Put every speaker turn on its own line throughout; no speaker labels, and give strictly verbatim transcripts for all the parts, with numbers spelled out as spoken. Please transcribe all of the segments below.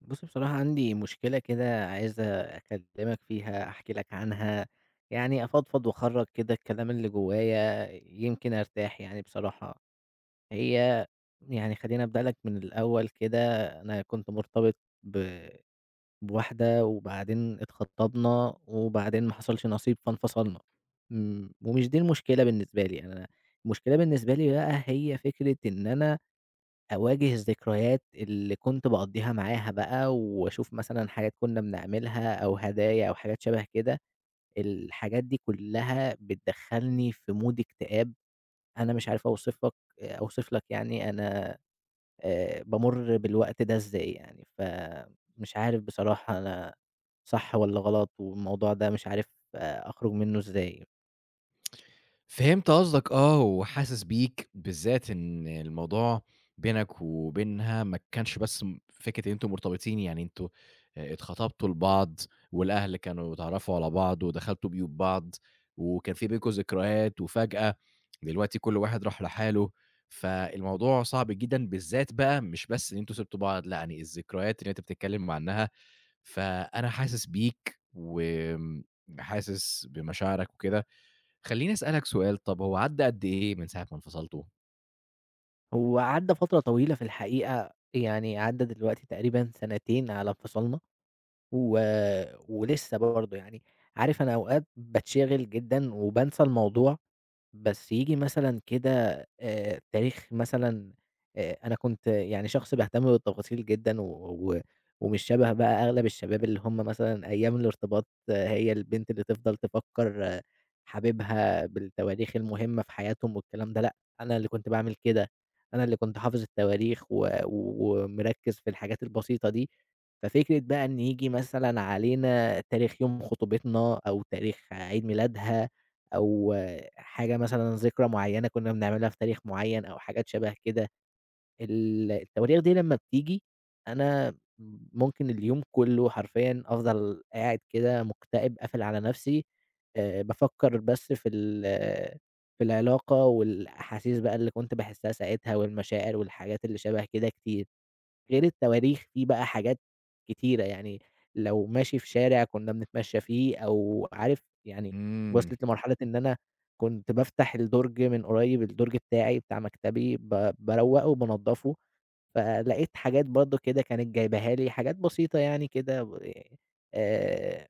بُصّي، بصراحة عندي مشكلة كده عايز أكلّمك فيها، أحكي لك عنها، يعني أفضفض وأخرّج كده الكلام اللي جوايا يمكن أرتاح يعني بصراحة. هي يعني خلّيني أبدأ لك من الأول كده. أنا كنت مرتبط ب بواحدة وبعدين اتخطبنا وبعدين ما حصلش نصيب فانفصلنا. امم، ومش دي المشكلة بالنسبة لي. أنا المشكلة بالنسبة لي بقى هي فكرة إن أنا أواجه الذكريات اللي كنت باقضّيها معاها بقى، وأشوف مثلًا حاجات كنا بنعملها أو هدايا أو حاجات شبه كده، الحاجات دي كلّها بتدخّلني في mood اكتئاب. أنا مش عارف أوصفك أوصف لك يعني أنا آآ بامُر بالوقت ده إزاي يعني، فمش عارف بصراحة أنا صح والّا غلط، والموضوع ده مش عارف آه، أخرج منّه إزاي.
فهمت قصدك آه، وحاسس بيك، بالذات إن الموضوع بينك وبينها ما كانش بس م فكرة إن أنتم مرتبطين، يعني أنتم آآ اتخطبتوا لبعض والأهل كانوا اتعرّفوا على بعض ودخلتوا بيوت بعض، وكان في بينكم ذكريات وفجأة دلوقتي كل واحد راح لحاله، فالموضوع صعب جدًا بالذات بقى مش بس إن أنتم سِبتوا بعض، لأ يعني الذكريات اللي أنت بتتكلّم عنّها، فأنا حاسس بيك وآمم حاسس بمشاعرك وكده. خلّيني أسألك سؤال، طَب هو عدّى قد إيه من ساعة ما انفصلتوا؟
هو عدّى فترة طويلة في الحقيقة، يعني عدّى دلوقتي تقريبًا سنتين على انفصالنا. و ولسه برضه يعني، عارف أنا أوقات باتشغل جدًا وبانسى الموضوع بس ييجي مثلًا كده آآ تاريخ مثلًا، آآ أنا كنت يعني شخص باهتم بالتفاصيل جدًا و و ومش شبه بقى أغلب الشباب اللي هم مثلًا أيام الارتباط آه، هي البنت اللي تفضل تفكّر آه، حبيبها بالتواريخ المهمة في حياتهم والكلام ده. لأ، أنا اللي كنت باعمل كده، أنا اللي كنت حافظ التواريخ و و... ومركّز في الحاجات البسيطة دي. ففكرة بقى إن ييجي مثلًا علينا تاريخ يوم خطوبتنا أو تاريخ عيد ميلادها أو حاجة مثلًا ذكرى معيّنة كنّا بنعملها في تاريخ معيّن أو حاجات شَبه كده، ال التواريخ دي لمّا بتيجي أنا ممكن اليوم كلّه حرفيًا أفضل قاعد كده مُكتئب قافل على نَفْسي، آآ بافكّر بس في ال في العلاقة والأحاسيس بقى اللي كنت باحسّها ساعتها والمشاعر والحاجات اللي شَبه كده كتير. غير التواريخ في بقى حاجات كتيرة، يعني لو ماشي في شارع كنا بنتمشى فيه أو عارف يعني
إمم،
وصلت لمرحلة إن أنا كنت بافتح الدرج من قريب، الدرج بتاعي بتاع مكتبي ب باروّقه وبانضّفه، فلقيت حاجات برضه كده كانت جايباها لي، حاجات بسيطة يعني كده و آآ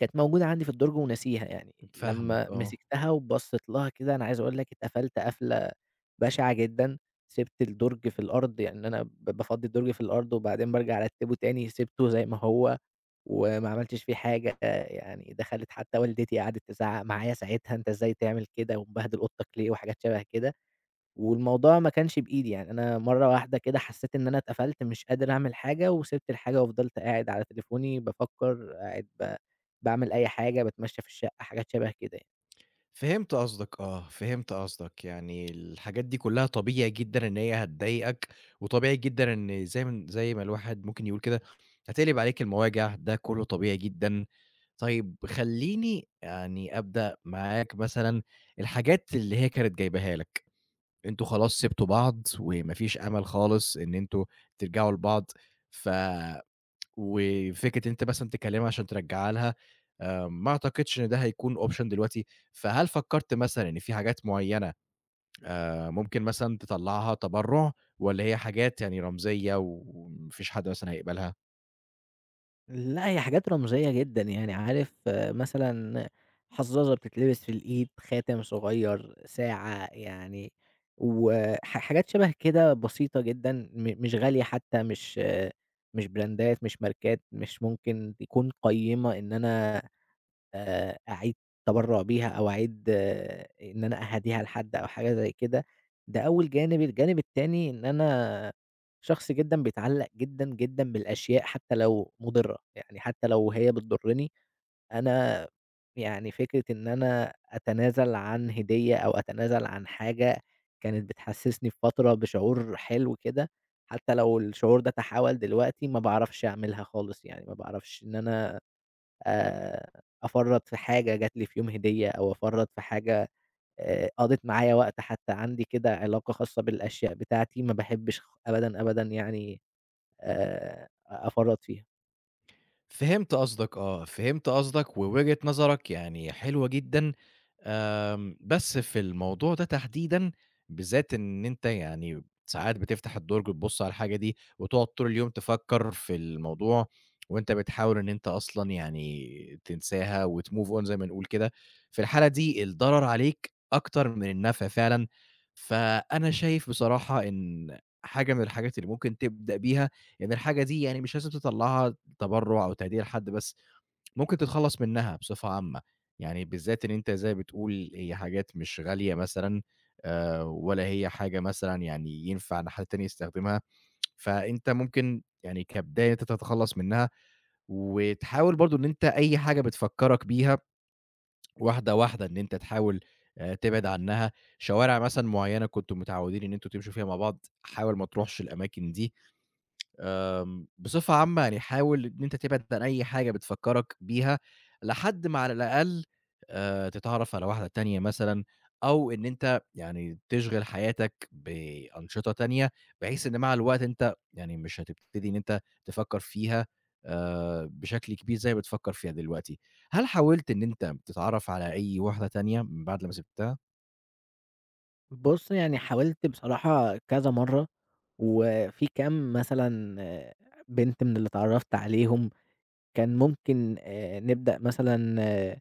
كانت موجودة عندي في الدرج وناسيها يعني،
فاهمك
لمّا
آه،
مسكتها وبصّيت لها كده أنا عايز أقول لك اتقفلت قفلة بشعة جدًا، سِبت الدرج في الأرض، يعني أنا ب بافضّي الدرج في الأرض وبعدين بارجع أرتّبه تاني، سِبته زي ما هو وما عملتش فيه حاجة. يعني دخلت حتى والدتي قعدت تزعّق معايا ساعتها، أنت إزاي تعمل كده ومبهدل أوضتك ليه وحاجات شبه كده. والموضوع ما كانش بإيدي، يعني أنا مرّة واحدة كده حسّيت إن أنا اتقفلت مش قادر أعمل حاجة وسِبت الحاجة وفضلت قاعد على تليفوني بافكّر، قاعد ب باعمل أي حاجة، باتمشّى في الشقة، حاجات شَبه كده يعني.
فهمت قصدك آه، فهمت قصدك، يعني الحاجات دي كلّها طبيعي جدًا إن هي هتضايقك، وطبيعي جدًا إن زي ما زي ما الواحد ممكن يقول كده هتقلب عليك المواجع، ده كلّه طبيعي جدًا. طيب خلّيني يعني أبدأ معاك مثلًا الحاجات اللي هي كانت جايباها لك، أنتم خلاص سِبتوا بعض وما فيش أمل خالص إن أنتم ترجعوا لبعض ف وفكرة إن أنت مثلًا تكلمها عشان ترجّعها لها، آآ ما أعتقدش إن ده هيكون option دلوقتي، فهل فكّرت مثلًا إن في حاجات معيّنة آآ ممكن مثلًا تطلّعها تبرُّع والّا هي حاجات يعني رمزية وما فيش حد مثلًا هيقبلها؟
لأ، هي حاجات رمزية جدًا يعني عارف آه، مثلًا حظّاظة بتتلبس في الإيد، خاتم صغيّر، ساعة يعني وح حاجات شَبه كده بسيطة جدًا م مش غالية حتّى، مش آه، مش براندات، مش ماركات، مش ممكن تكون قيّمة إن أنا آآ أعيد تبرُّع بيها أو أعيد آه، إن أنا أهاديها لحد أو حاجة زي كده. ده أول جانب، الجانب التاني إن أنا شخص جدًا بيتعلّق جدًا، جدًا بالأشياء حتى لو مُضرّة، يعني حتى لو هي بتضُرّني أنا يعني فكرة إن أنا أتنازل عن هدية أو أتنازل عن حاجة كانت بتحسّسني في فترة بشعور حلو كده، حتى لو الشعور ده تحاول دلوقتي ما باعرفش أعملها خالص يعني، ما باعرفش إن أنا آآ أفرّط في حاجة جات لي في يوم هدية، أو أفرّط في حاجة آآ قضِت معايا وقت حتى، عندي كده علاقة خاصة بالأشياء بتاعتي ما باحبّش خ أبدًا، أبدًا يعني آآ أفرّط فيها.
فهمت قصدك آه، فهمت قصدك ووجهة نظرك يعني حلوة جدًا، آمم، بس في الموضوع ده تحديدًا بالذات إن أنت يعني ساعات بتفتح الدرج وتبُص على الحاجة دي وتقعد طول اليوم تفكّر في الموضوع وأنت بتحاول إن أنت أصلًا يعني تنساها وtmove on زي ما نقول كده، في الحالة دي الضرر عليك أكتر من النفع فعلًا، فأنا شايف بصراحة إن حاجة من الحاجات اللي ممكن تبدأ بيها يعني الحاجة دي يعني مش لازم تطلّعها تبرُّع أو تهدية لحد، بس ممكن تتخلّص منها بصفة عامة، يعني بالذات إن أنت زي ما بتقول هي حاجات مش غالية مثلًا آآ ولا هي حاجة مثلًا يعني ينفع إن حد تاني يستخدمها، فأنت ممكن يعني كبداية إن أنت تتخلّص منها، وتحاول برضه إن أنت أي حاجة بتفكّرك بيها واحدة، واحدة إن أنت تحاول آآ تبعد عنّها، شوارع مثلًا معيّنة كنتم متعوّدين إن أنتم تمشوا فيها مع بعض، حاول ما تروحش الأماكن دي. آمم، بصفة عامة يعني حاول إن أنت تبعد عن أي حاجة بتفكّرك بيها، لحد ما على الأقل، آآ، تتعرّف على واحدة تانية مثلًا، أو إن أنت يعني تشغِل حياتك بأنشطة تانية، بحيث إن مع الوقت أنت يعني مش هتبتدي إن أنت تفكّر فيها آآ، بشكل كبير زي ما بتفكّر فيها دلوقتي. هل حاولت إن أنت تتعرّف على أي واحدة تانية من بعد لمّا سِبتها؟
بُص، يعني حاولت بصراحة كذا مرّة، وفي كام مثلًا آه، بنت من اللي اتعرّفت عليهم كان ممكن آآ نبدأ مثلًا آه،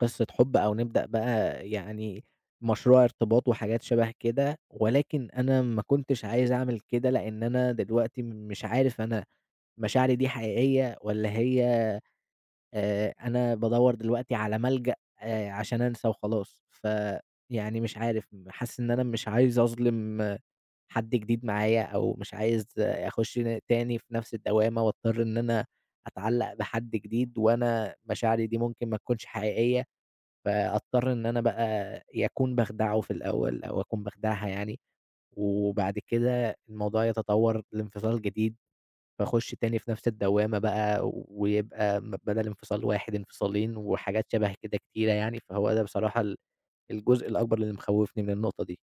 قصة حُب أو نبدأ بقى يعني مشروع ارتباط وحاجات شَبه كده. ولكن أنا ما كنتش عايز أعمل كده، لإن أنا دلوقتي م- مش عارف أنا مشاعري دي حقيقية والّا هي، آآ أنا بادوّر دلوقتي على ملجأ آآ عشان أنسى وخلاص، فيعني مش عارف، م حاسس إن أنا مش عايز أظلم حد جديد معايا أو مش عايز أخش ن تاني في نفس الدوامة وأضطر إن أنا أتعلّق بحد جديد وأنا مشاعري دي ممكن ما تكونش حقيقية، فأضطر إن أنا بقى يا أكون باخدعه في الأول أو أكون باخدعها يعني، وبعد كده الموضوع يتطور لانفصال جديد، فأخش تاني في نفس الدوامة بقى ويبقى م بدل انفصال واحد انفصالين وحاجات شبه كده كتيرة يعني، فهو ده بصراحة ال الجزء الأكبر اللي مخوّفني من النقطة دي.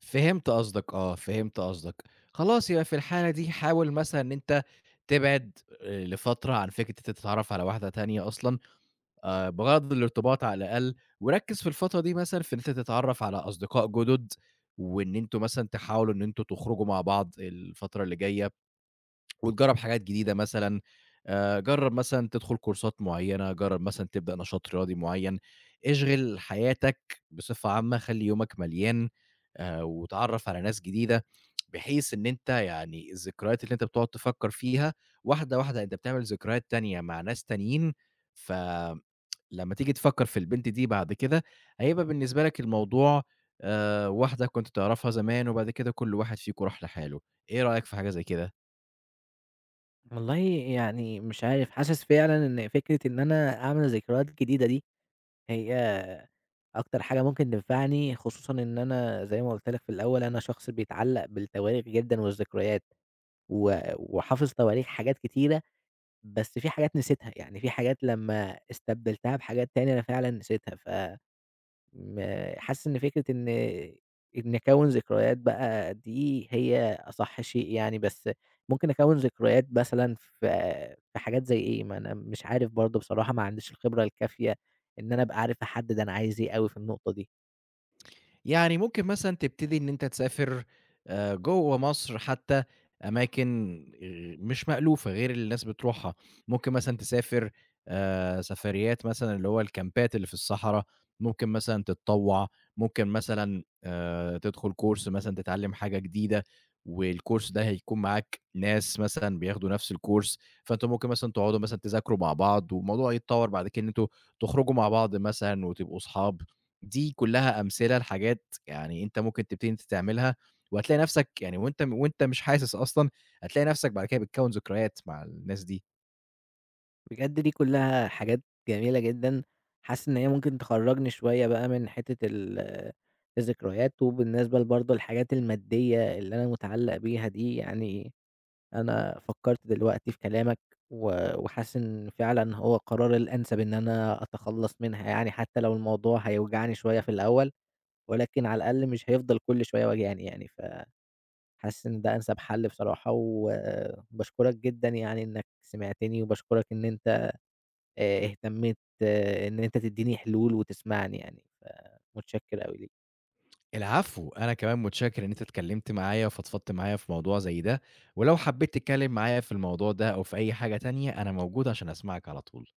فهمت قصدك آه، فهمت قصدك. خلاص يبقى في الحالة دي حاول مثلًا إن أنت تبعد آآ لفترة عن فكرة أنت تتعرّف على واحدة تانية أصلًا آآ بغرض الارتباط على الأقل، وركّز في الفترة دي مثلًا في إن أنت تتعرّف على أصدقاء جُدد، وإن أنتم مثلًا تحاولوا إن أنتم تخرجوا مع بعض الفترة اللي جاية، وتجرّب حاجات جديدة مثلًا، آآ جرّب مثلًا تدخل كورسات معيّنة، جرّب مثلًا تبدأ نشاط رياضي معيّن، اشغل حياتك بصفة عامة، خلّي يومك مليان، آآ واتعرّف على ناس جديدة. بحيث إن أنت يعني الذكريات اللي أنت بتقعد تفكّر فيها واحدة، واحدة أنت بتعمل ذكريات تانية مع ناس تانيين، فلمّا تيجي تفكّر في البنت دي بعد كده، هيبقى بالنسبة لك الموضوع آآ واحدة كنت تعرفها زمان وبعد كده كل واحد فيكم راح لحاله، إيه رأيك في حاجة زي كده؟
والله يعني مش عارف، حاسس فعلًا إن فكرة إن أنا أعمل ذكريات جديدة دي هي أكتر حاجة ممكن تنفعني، خصوصًا إن أنا زي ما قُلت لك في الأول أنا شخص بيتعلق بالتواريخ جدًا والذكريات، و وحافظ تواريخ حاجات كتيرة، بس في حاجات نسيتها، يعني في حاجات لمّا استبدلتها بحاجات تانية أنا فعلًا نسيتها ف ما حاسس إن فكرة إن إني أكوّن ذكريات بقى دي هي أصح شيء يعني، بس ممكن أكوّن ذكريات مثلًا في في حاجات زي إيه؟ ما أنا مش عارف برضه بصراحة، ما عنديش الخبرة الكافية إن أنا أبقى عارف أحدّد أنا عايز إيه أوي في النقطة دي.
يعني ممكن مثلًا تبتدي إن أنت تسافر آآ جوّه مصر حتى أماكن آآ مش مألوفة غير اللي الناس بتروحها، ممكن مثلًا تسافر آآ سفريات مثلًا اللي هو الكامبات اللي في الصحرا، ممكن مثلًا تتطوّع، ممكن مثلًا آآ تدخل course مثلًا تتعلّم حاجة جديدة، والcourse ده هيكون معاك ناس مثلًا بياخدوا نفس الcourse، فأنتم ممكن مثلًا تقعدوا مثلًا تذاكروا مع بعض والموضوع يتطوّر بعد كده إن أنتم تخرجوا مع بعض مثلًا وتبقوا صحاب. دي كلّها أمثلة لحاجات يعني أنت ممكن تبتدي أنت تعملها، وهتلاقي نفْسك يعني وأنت وأنت مش حاسس أصلًا، هتلاقي نفْسك بعد كده بتكوّن ذكريات مع الناس دي.
بجد دي كلّها حاجات جميلة جدًا، حاسس إن هي ممكن تخرّجني شوية بقى من حتّة ال الذكريات، وبالنسبة ل برضه الحاجات المادية اللي أنا متعلّق بيها دي يعني أنا فكّرت دلوقتي في كلامك و وحاسس إن فعلًا هو القرار الأنسب إن أنا أتخلّص منها يعني، حتى لو الموضوع هيوجعني شوية في الأول، ولكن على الأقل مش هيفضل كل شوية واجعني يعني، فحاسس إن ده أنسب حل بصراحة، وباشكرك جدًا يعني إنك سمعتني، وباشكرك إن أنت آآ اهتميت آه، إن أنت تدّيني حلول وتسمعني يعني، فمتشكر أوي ليك.
العفو، أنا كمان متشكر إن أنت اتكلّمت معايا وفضفضت معايا في موضوع زي ده، ولو حبّيت تتكلّم معايا في الموضوع ده أو في أي حاجة تانية، أنا موجود عشان أسمعك على طول.